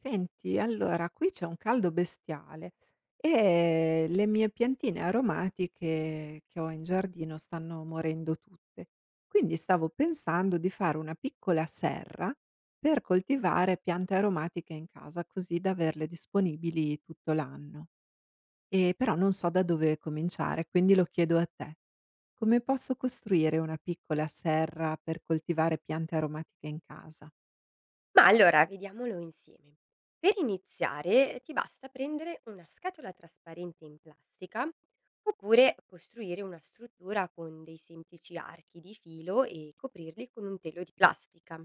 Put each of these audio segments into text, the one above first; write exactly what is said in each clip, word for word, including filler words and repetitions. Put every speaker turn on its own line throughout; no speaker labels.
Senti, allora qui c'è un caldo bestiale e le mie piantine aromatiche che ho in giardino stanno morendo tutte. Quindi stavo pensando di fare una piccola serra per coltivare piante aromatiche in casa, così da averle disponibili tutto l'anno. E però non so da dove cominciare, quindi lo chiedo a te. Come posso costruire una piccola serra per coltivare piante aromatiche in casa?
Ma allora vediamolo insieme. Per iniziare ti basta prendere una scatola trasparente in plastica oppure costruire una struttura con dei semplici archi di filo e coprirli con un telo di plastica.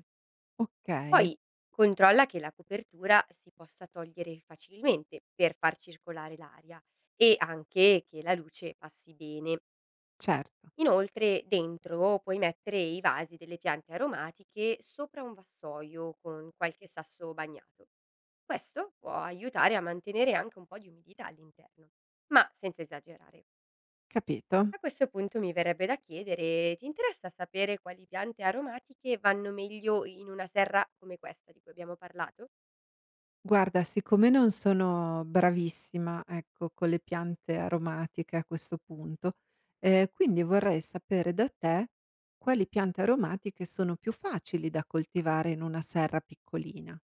Ok,
Poi controlla che la copertura si possa togliere facilmente per far circolare l'aria e anche che la luce passi bene.
certo,
Inoltre dentro puoi mettere i vasi delle piante aromatiche sopra un vassoio con qualche sasso bagnato. Questo può aiutare a mantenere anche un po' di umidità all'interno, ma senza esagerare.
capito.
A questo punto mi verrebbe da chiedere, ti interessa sapere quali piante aromatiche vanno meglio in una serra come questa di cui abbiamo parlato?
Guarda, siccome non sono bravissima, ecco, con le piante aromatiche a questo punto, ehm, quindi vorrei sapere da te quali piante aromatiche sono più facili da coltivare in una serra piccolina.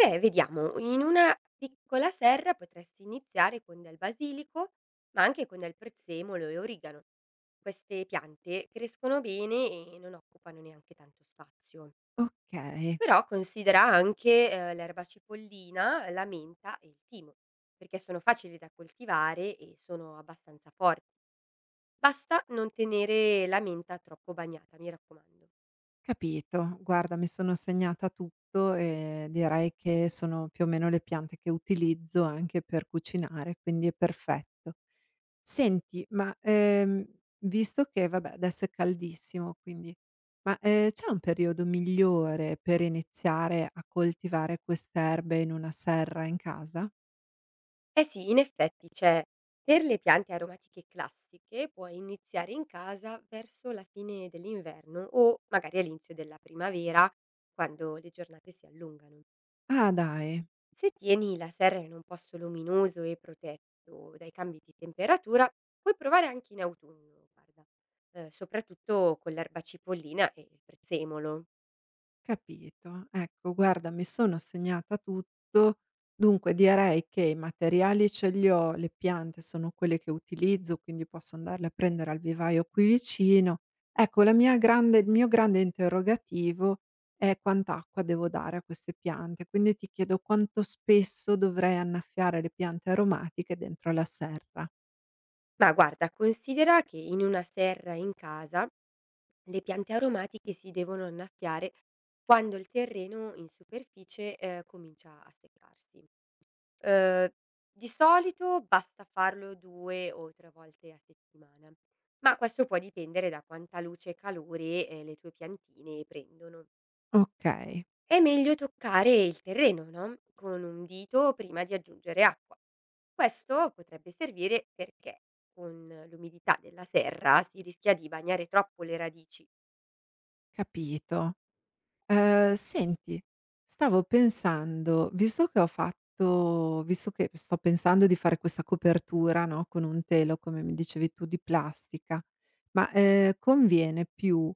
Beh, vediamo, in una piccola serra potresti iniziare con del basilico, ma anche con del prezzemolo e origano. Queste piante crescono bene e non occupano neanche tanto spazio.
Okay.
Però considera anche, ehm, l'erba cipollina, la menta e il timo, perché sono facili da coltivare e sono abbastanza forti. Basta non tenere la menta troppo bagnata, mi raccomando.
Capito. Guarda, mi sono segnata tutto e direi che sono più o meno le piante che utilizzo anche per cucinare, quindi è perfetto. Senti, ma, ehm, visto che vabbè adesso è caldissimo, quindi ma, ehm, c'è un periodo migliore per iniziare a coltivare queste erbe in una serra in casa?
Eh sì, in effetti, cioè, per le piante aromatiche classiche puoi iniziare in casa verso la fine dell'inverno o magari all'inizio della primavera, quando le giornate si allungano.
Ah, dai.
Se tieni la serra in un posto luminoso e protetto dai cambi di temperatura, puoi provare anche in autunno, guarda, eh, soprattutto con l'erba cipollina e il prezzemolo.
Capito. Ecco, guarda, mi sono segnata tutto. Dunque direi che i materiali ce li ho, le piante sono quelle che utilizzo, quindi posso andarle a prendere al vivaio qui vicino. Ecco, la mia grande il mio grande interrogativo è quant'acqua devo dare a queste piante, quindi ti chiedo quanto spesso dovrei annaffiare le piante aromatiche dentro la serra.
Ma guarda, considera che in una serra in casa le piante aromatiche si devono annaffiare quando il terreno in superficie eh, comincia a seccarsi. Uhm, di solito basta farlo due o tre volte a settimana, ma questo può dipendere da quanta luce e calore, ehm, le tue piantine prendono.
Okay,
È meglio toccare il terreno, no, con un dito prima di aggiungere acqua. Questo potrebbe servire perché con l'umidità della serra si rischia di bagnare troppo le radici.
capito. Ehm, senti, stavo pensando, visto che ho fatto visto che sto pensando di fare questa copertura, no, con un telo, come mi dicevi tu, di plastica, ma, ehm, conviene più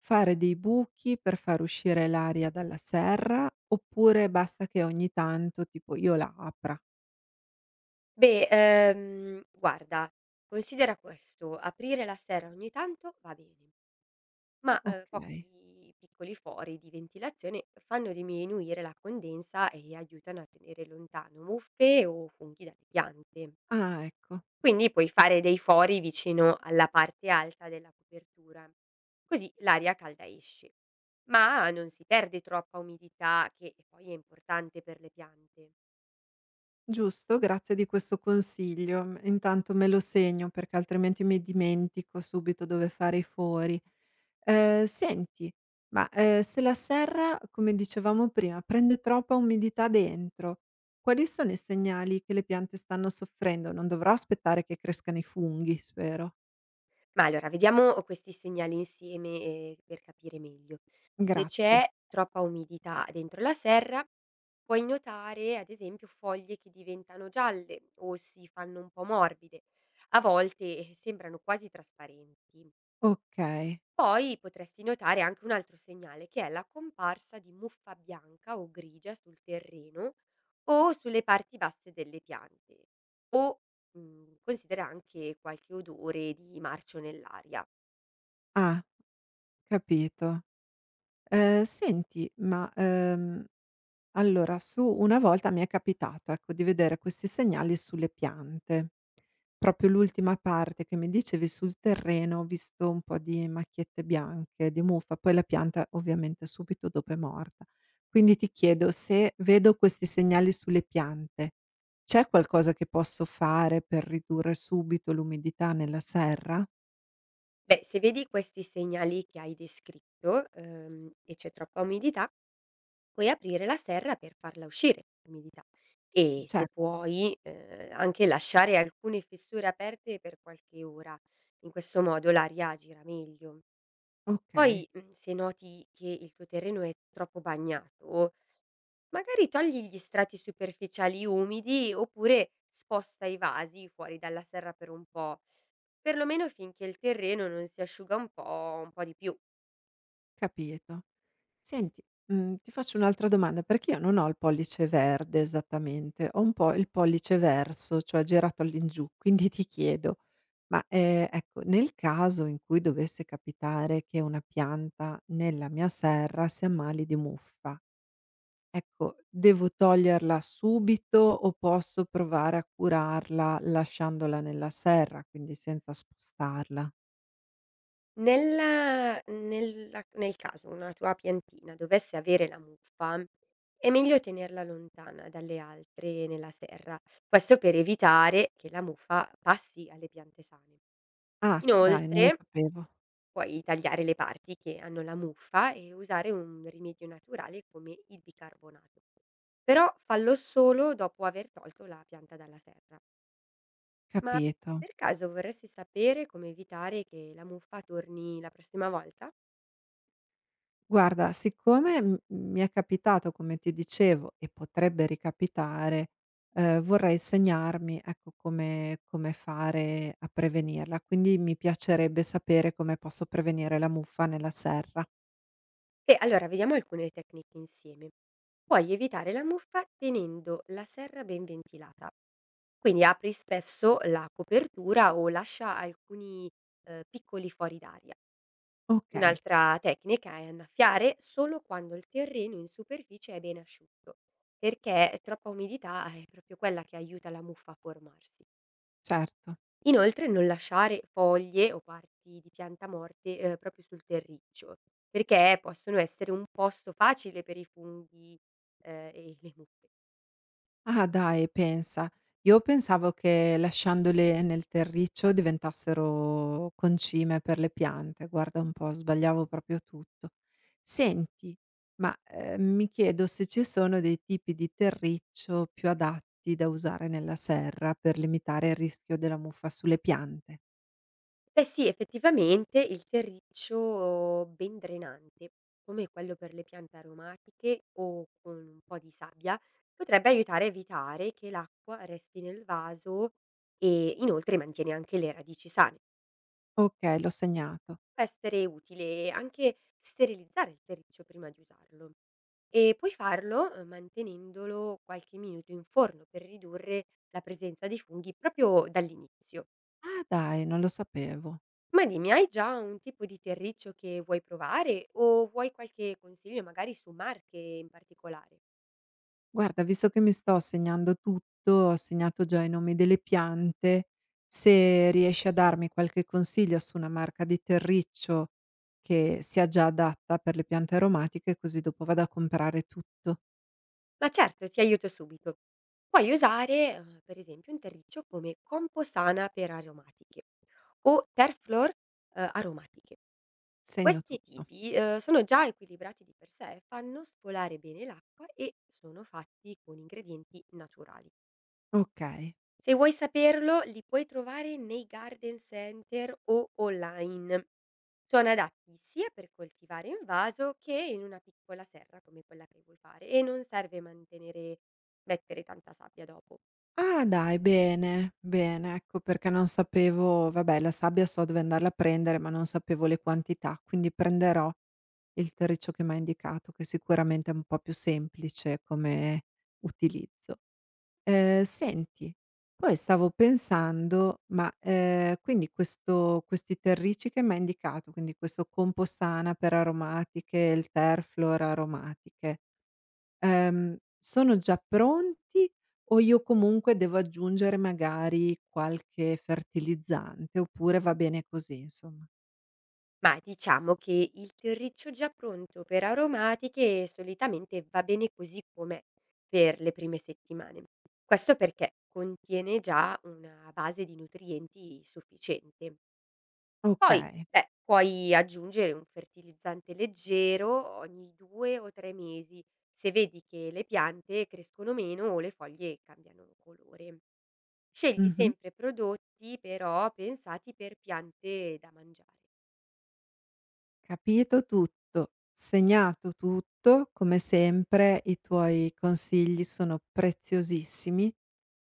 fare dei buchi per far uscire l'aria dalla serra, oppure basta che ogni tanto tipo io la apra?
Beh, ehm, guarda, considera questo: aprire la serra ogni tanto va bene. Ma, uhm,
Okay.
pochi piccoli fori di ventilazione fanno diminuire la condensa e aiutano a tenere lontano muffe o funghi dalle piante.
Ah, ecco.
Quindi puoi fare dei fori vicino alla parte alta della copertura, così l'aria calda esce, ma non si perde troppa umidità che poi è importante per le piante.
Giusto, grazie di questo consiglio. M Intanto me lo segno perché altrimenti mi dimentico subito dove fare i fori. Ehm, senti, ma, ehm, se la serra, come dicevamo prima, prende troppa umidità dentro, quali sono i segnali che le piante stanno soffrendo? Non dovrò aspettare che crescano i funghi, spero?
Ma allora vediamo questi segnali insieme, ehm, per capire meglio. Se
Grazie.
c'è troppa umidità dentro la serra, puoi notare, ad esempio, foglie che diventano gialle o si fanno un po' morbide. A volte eh, sembrano quasi trasparenti.
Okay.
Poi potresti notare anche un altro segnale, che è la comparsa di muffa bianca o grigia sul terreno o sulle parti basse delle piante. O mm, considera anche qualche odore di marcio nell'aria.
Ah, capito. Ehm, senti, ma, ehm allora, su una volta mi è capitato, ecco, di vedere questi segnali sulle piante. Proprio l'ultima parte che mi dicevi sul terreno, ho visto un po' di macchiette bianche, di muffa, poi la pianta ovviamente subito dopo è morta. Quindi ti chiedo se vedo questi segnali sulle piante, c'è qualcosa che posso fare per ridurre subito l'umidità nella serra?
Beh, se vedi questi segnali che hai descritto ehm, e c'è troppa umidità, puoi aprire la serra per farla uscire l'umidità e se
Certo,
puoi, ehm, anche lasciare alcune fessure aperte per qualche ora. In questo modo l'aria gira meglio.
ok,
Poi, mhmm, se noti che il tuo terreno è troppo bagnato, magari togli gli strati superficiali umidi oppure sposta i vasi fuori dalla serra per un po', perlomeno finché il terreno non si asciuga un po' un po' di più.
capito. Senti, mhmm, ti faccio un'altra domanda, perché io non ho il pollice verde esattamente, ho un po' il pollice verso, cioè girato all'ingiù. Quindi ti chiedo, ma, ehm, ecco, nel caso in cui dovesse capitare che una pianta nella mia serra si ammali di muffa, ecco, devo toglierla subito o posso provare a curarla lasciandola nella serra, quindi senza spostarla?
Nella nella nel caso una tua piantina dovesse avere la muffa, è meglio tenerla lontana dalle altre nella serra, questo per evitare che la muffa passi alle piante sane.
Ah, dai, non lo
Inoltre
sapevo.
puoi tagliare le parti che hanno la muffa e usare un rimedio naturale come il bicarbonato, però fallo solo dopo aver tolto la pianta dalla serra. Ma
Capito.
per caso vorresti sapere come evitare che la muffa torni la prossima volta?
Guarda, siccome, mhmm, mi è capitato come ti dicevo e potrebbe ricapitare, ehm, vorrei segnarmi, ecco, come come fare a prevenirla. Quindi mi piacerebbe sapere come posso prevenire la muffa nella serra.
E allora vediamo alcune tecniche insieme. Puoi evitare la muffa tenendo la serra ben ventilata, quindi apri spesso la copertura o lascia alcuni eh, piccoli fuori d'aria.
Okay,
Un'altra tecnica è annaffiare solo quando il terreno in superficie è ben asciutto, perché troppa umidità è proprio quella che aiuta la muffa a formarsi.
certo.
Inoltre non lasciare foglie o parti di pianta morte, ehm, proprio sul terriccio, perché possono essere un posto facile per i funghi, ehm, e le mucche.
Ah, dai, pensa. Io pensavo che lasciandole nel terriccio diventassero concime per le piante, guarda un po', sbagliavo proprio tutto. Senti, ma, ehm, mi chiedo se ci sono dei tipi di terriccio più adatti da usare nella serra per limitare il rischio della muffa sulle piante.
Beh sì, effettivamente il terriccio ben drenante, come quello per le piante aromatiche o con un po' di sabbia, potrebbe aiutare a evitare che l'acqua resti nel vaso e inoltre mantiene anche le radici sane.
Okay, l'ho segnato.
Può essere utile anche sterilizzare il terriccio prima di usarlo e puoi farlo eh, mantenendolo qualche minuto in forno per ridurre la presenza di funghi proprio dall'inizio.
Ah, dai, non lo sapevo.
Ma dimmi, hai già un tipo di terriccio che vuoi provare o vuoi qualche consiglio magari su marche in particolare?
Guarda, visto che mi sto segnando tutto, ho segnato già i nomi delle piante, se riesci a darmi qualche consiglio su una marca di terriccio che sia già adatta per le piante aromatiche, così dopo vado a comprare tutto,
Ma certo, ti aiuto subito. Puoi usare, eh, per esempio, un terriccio come Composana per aromatiche o Terflor eh, aromatiche.
segno
Questi
tutto.
tipi, uhm, sono già equilibrati di per sé, fanno scolare bene l'acqua e sono fatti con ingredienti naturali.
Okay.
Se vuoi saperlo, li puoi trovare nei garden center o online. Sono adatti sia per coltivare in vaso che in una piccola serra come quella che vuoi fare e non serve mantenere mettere tanta sabbia dopo.
Ah, dai, bene, bene, ecco perché non sapevo vabbè la sabbia so dove andarla a prendere, ma non sapevo le quantità, quindi prenderò il terriccio che m'hai indicato, che sicuramente è un po' più semplice come utilizzo. Ehm, senti, poi stavo pensando, ma, ehm, quindi questo questi terricci che m'hai indicato, quindi questo Composana per aromatiche, il Terflor aromatiche, ehm, sono già pronti o io comunque devo aggiungere magari qualche fertilizzante, oppure va bene così insomma?
Ma diciamo che il terriccio già pronto per aromatiche solitamente va bene così com'è per le prime settimane. Questo perché contiene già una base di nutrienti sufficiente. Poi,
Okay.
beh, puoi aggiungere un fertilizzante leggero ogni due o tre mesi se vedi che le piante crescono meno o le foglie cambiano colore. Scegli
Mh-mh.
sempre prodotti però pensati per piante da mangiare.
Capito tutto, segnato tutto, come sempre i tuoi consigli sono preziosissimi.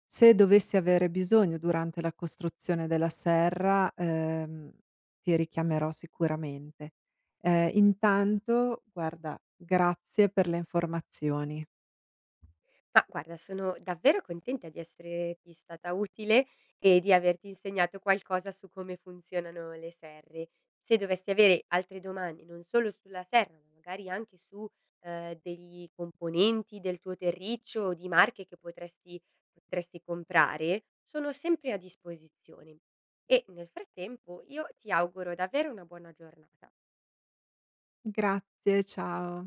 Se dovessi avere bisogno durante la costruzione della serra, ehm, ti richiamerò sicuramente. Ehm, intanto guarda, grazie per le informazioni.
Ma guarda, sono davvero contenta di esserti stata utile e di averti insegnato qualcosa su come funzionano le serre. Se dovessi avere altre domande, non solo sulla serra, ma magari anche su eh, degli componenti del tuo terriccio o di marche che potresti, potresti comprare, sono sempre a disposizione. E nel frattempo io ti auguro davvero una buona giornata.
Grazie, ciao.